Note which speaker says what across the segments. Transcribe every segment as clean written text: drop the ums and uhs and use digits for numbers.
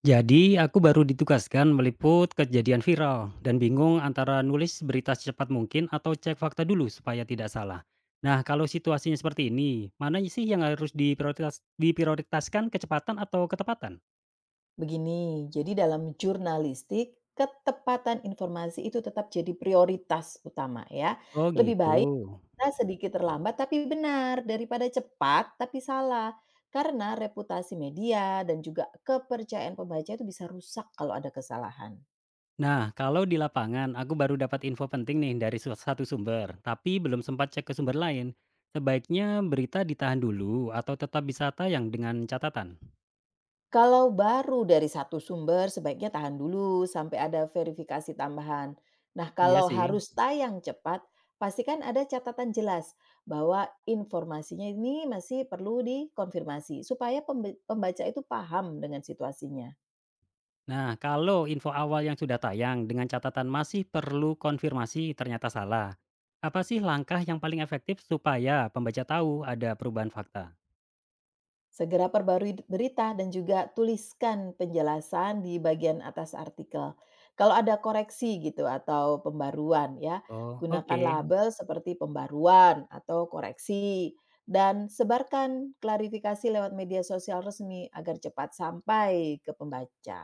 Speaker 1: Jadi, aku baru ditugaskan meliput kejadian viral dan bingung antara nulis berita secepat mungkin atau cek fakta dulu supaya tidak salah. Nah, kalau situasinya seperti ini, mana sih yang harus diprioritaskan kecepatan atau ketepatan?
Speaker 2: Begini, jadi dalam jurnalistik, ketepatan informasi itu tetap jadi prioritas utama ya.
Speaker 1: Oh
Speaker 2: Lebih
Speaker 1: gitu.
Speaker 2: baik kita sedikit terlambat tapi benar daripada cepat tapi salah. Karena reputasi media dan juga kepercayaan pembaca itu bisa rusak kalau ada kesalahan.
Speaker 1: Nah, kalau di lapangan, aku baru dapat info penting nih dari satu sumber, tapi belum sempat cek ke sumber lain. Sebaiknya berita ditahan dulu atau tetap bisa tayang dengan catatan?
Speaker 2: Kalau baru dari satu sumber, sebaiknya tahan dulu sampai ada verifikasi tambahan. Nah,
Speaker 1: Iya
Speaker 2: kalau
Speaker 1: sih.
Speaker 2: harus tayang cepat, pastikan ada catatan jelas bahwa informasinya ini masih perlu dikonfirmasi supaya pembaca itu paham dengan situasinya.
Speaker 1: Nah, kalau info awal yang sudah tayang dengan catatan masih perlu konfirmasi ternyata salah. Apa sih langkah yang paling efektif supaya pembaca tahu ada perubahan fakta?
Speaker 2: Segera perbarui berita dan juga tuliskan penjelasan di bagian atas artikel. Kalau ada koreksi gitu atau pembaruan ya,
Speaker 1: Oh,
Speaker 2: gunakan
Speaker 1: oke.
Speaker 2: label seperti pembaruan atau koreksi dan sebarkan klarifikasi lewat media sosial resmi agar cepat sampai ke pembaca.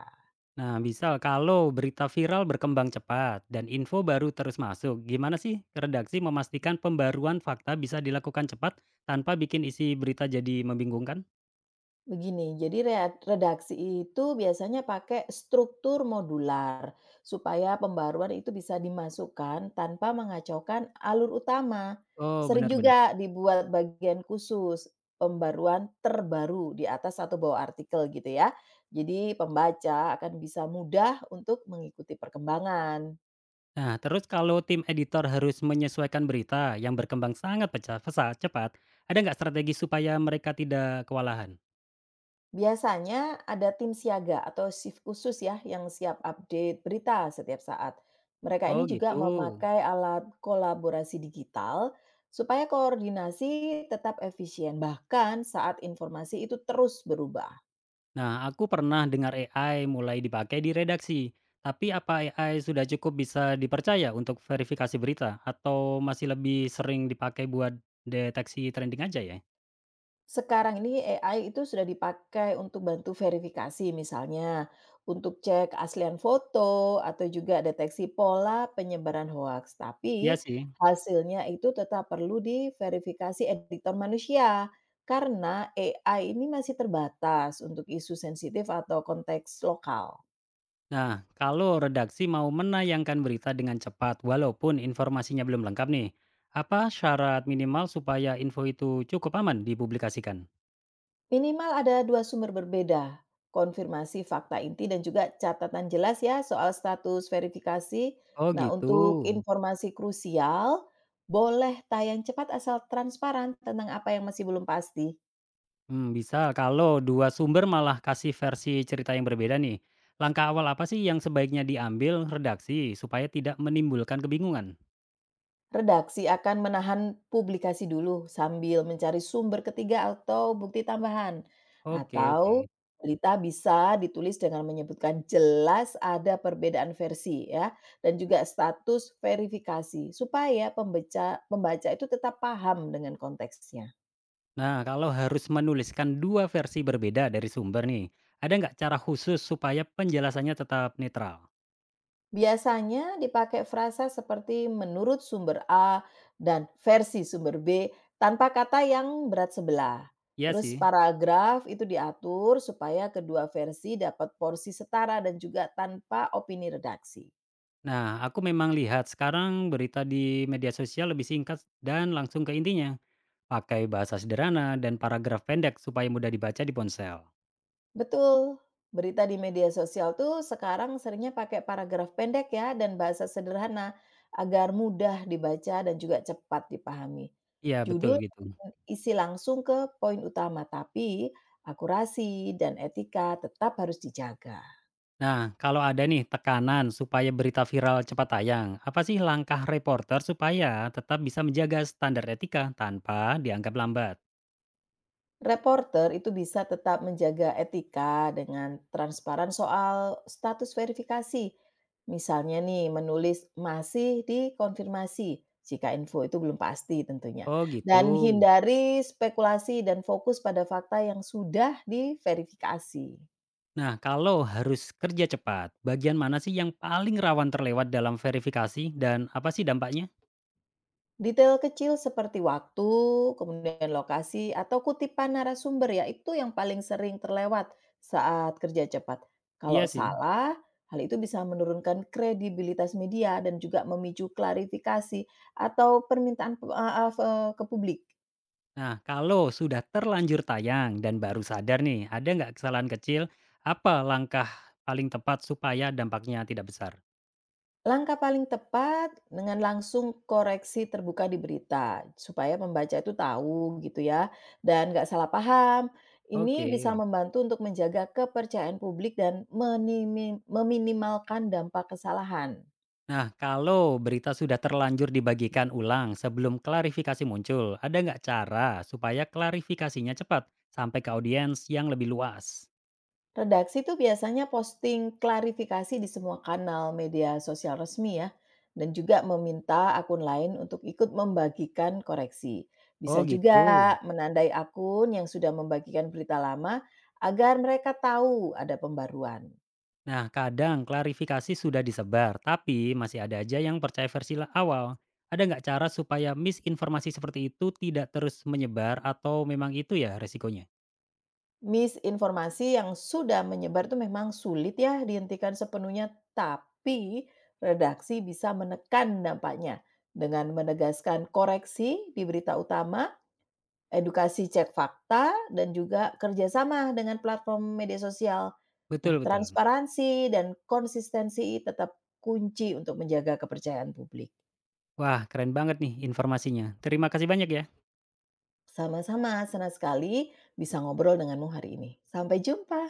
Speaker 1: Nah, misal kalau berita viral berkembang cepat dan info baru terus masuk, gimana sih redaksi memastikan pembaruan fakta bisa dilakukan cepat tanpa bikin isi berita jadi membingungkan?
Speaker 2: Begini, jadi redaksi itu biasanya pakai struktur modular supaya pembaruan itu bisa dimasukkan tanpa mengacaukan alur utama.
Speaker 1: Oh,
Speaker 2: Sering
Speaker 1: benar-benar.
Speaker 2: juga dibuat bagian khusus pembaruan terbaru di atas atau bawah artikel gitu ya. Jadi pembaca akan bisa mudah untuk mengikuti perkembangan.
Speaker 1: Nah, terus kalau tim editor harus menyesuaikan berita yang berkembang sangat pesat, cepat, ada nggak strategi supaya mereka tidak kewalahan?
Speaker 2: Biasanya ada tim siaga atau shift khusus ya yang siap update berita setiap saat. Mereka ini
Speaker 1: Oh
Speaker 2: juga
Speaker 1: gitu.
Speaker 2: memakai alat kolaborasi digital supaya koordinasi tetap efisien bahkan saat informasi itu terus berubah.
Speaker 1: Nah, aku pernah dengar AI mulai dipakai di redaksi. Tapi apa AI sudah cukup bisa dipercaya untuk verifikasi berita? Atau masih lebih sering dipakai buat deteksi trending aja ya?
Speaker 2: Sekarang ini AI itu sudah dipakai untuk bantu verifikasi, misalnya untuk cek keaslian foto atau juga deteksi pola penyebaran hoaks. Tapi
Speaker 1: Iya sih.
Speaker 2: hasilnya itu tetap perlu diverifikasi editor manusia karena AI ini masih terbatas untuk isu sensitif atau konteks lokal.
Speaker 1: Nah, kalau redaksi mau menayangkan berita dengan cepat walaupun informasinya belum lengkap nih, apa syarat minimal supaya info itu cukup aman dipublikasikan?
Speaker 2: Minimal ada dua sumber berbeda, konfirmasi fakta inti dan juga catatan jelas ya soal status verifikasi.
Speaker 1: Oh
Speaker 2: Nah,
Speaker 1: gitu.
Speaker 2: untuk informasi krusial, boleh tayang cepat asal transparan tentang apa yang masih belum pasti.
Speaker 1: Hmm, bisa kalau dua sumber malah kasih versi cerita yang berbeda nih. Langkah awal apa sih yang sebaiknya diambil redaksi supaya tidak menimbulkan kebingungan?
Speaker 2: Redaksi akan menahan publikasi dulu sambil mencari sumber ketiga atau bukti tambahan.
Speaker 1: Oke,
Speaker 2: Atau
Speaker 1: oke.
Speaker 2: berita bisa ditulis dengan menyebutkan jelas ada perbedaan versi ya dan juga status verifikasi supaya pembaca pembaca itu tetap paham dengan konteksnya.
Speaker 1: Nah, kalau harus menuliskan dua versi berbeda dari sumber nih, ada nggak cara khusus supaya penjelasannya tetap netral?
Speaker 2: Biasanya dipakai frasa seperti menurut sumber A dan versi sumber B tanpa kata yang berat sebelah.
Speaker 1: Iya
Speaker 2: Terus
Speaker 1: sih.
Speaker 2: paragraf itu diatur supaya kedua versi dapat porsi setara dan juga tanpa opini redaksi.
Speaker 1: Nah, aku memang lihat sekarang berita di media sosial lebih singkat dan langsung ke intinya. Pakai bahasa sederhana dan paragraf pendek supaya mudah dibaca di ponsel.
Speaker 2: Betul, berita di media sosial tuh sekarang seringnya pakai paragraf pendek ya dan bahasa sederhana agar mudah dibaca dan juga cepat dipahami.
Speaker 1: Iya, betul
Speaker 2: Judul
Speaker 1: gitu.
Speaker 2: dan isi langsung ke poin utama, tapi akurasi dan etika tetap harus dijaga.
Speaker 1: Nah, kalau ada nih tekanan supaya berita viral cepat tayang, apa sih langkah reporter supaya tetap bisa menjaga standar etika tanpa dianggap lambat?
Speaker 2: Reporter itu bisa tetap menjaga etika dengan transparan soal status verifikasi. Misalnya nih, menulis masih dikonfirmasi jika info itu belum pasti tentunya.
Speaker 1: Oh gitu.
Speaker 2: Dan hindari spekulasi dan fokus pada fakta yang sudah diverifikasi.
Speaker 1: Nah, kalau harus kerja cepat, bagian mana sih yang paling rawan terlewat dalam verifikasi dan apa sih dampaknya?
Speaker 2: Detail kecil seperti waktu, kemudian lokasi, atau kutipan narasumber ya, itu yang paling sering terlewat saat kerja cepat. Kalau
Speaker 1: Iya sih.
Speaker 2: salah, hal itu bisa menurunkan kredibilitas media dan juga memicu klarifikasi atau permintaan ke publik.
Speaker 1: Nah, kalau sudah terlanjur tayang dan baru sadar nih, ada nggak kesalahan kecil? Apa langkah paling tepat supaya dampaknya tidak besar?
Speaker 2: Langkah paling tepat dengan langsung koreksi terbuka di berita, supaya pembaca itu tahu gitu ya, dan nggak salah paham. Ini bisa
Speaker 1: Oke.
Speaker 2: membantu untuk menjaga kepercayaan publik dan meminimalkan dampak kesalahan.
Speaker 1: Nah, kalau berita sudah terlanjur dibagikan ulang sebelum klarifikasi muncul, ada nggak cara supaya klarifikasinya cepat sampai ke audiens yang lebih luas?
Speaker 2: Redaksi itu biasanya posting klarifikasi di semua kanal media sosial resmi ya, dan juga meminta akun lain untuk ikut membagikan koreksi. Bisa
Speaker 1: Oh
Speaker 2: juga
Speaker 1: gitu.
Speaker 2: menandai akun yang sudah membagikan berita lama agar mereka tahu ada pembaruan.
Speaker 1: Nah, kadang klarifikasi sudah disebar, tapi masih ada aja yang percaya versi awal. Ada nggak cara supaya misinformasi seperti itu tidak terus menyebar atau memang itu ya resikonya?
Speaker 2: Misinformasi yang sudah menyebar itu memang sulit ya dihentikan sepenuhnya, tapi redaksi bisa menekan dampaknya dengan menegaskan koreksi di berita utama, edukasi cek fakta dan juga kerjasama dengan platform media sosial. Nah,
Speaker 1: Betul, betul.
Speaker 2: transparansi dan konsistensi tetap kunci untuk menjaga kepercayaan publik.
Speaker 1: Wah, keren banget nih informasinya. Terima kasih banyak ya.
Speaker 2: Sama-sama, senang sekali bisa ngobrol denganmu hari ini. Sampai jumpa.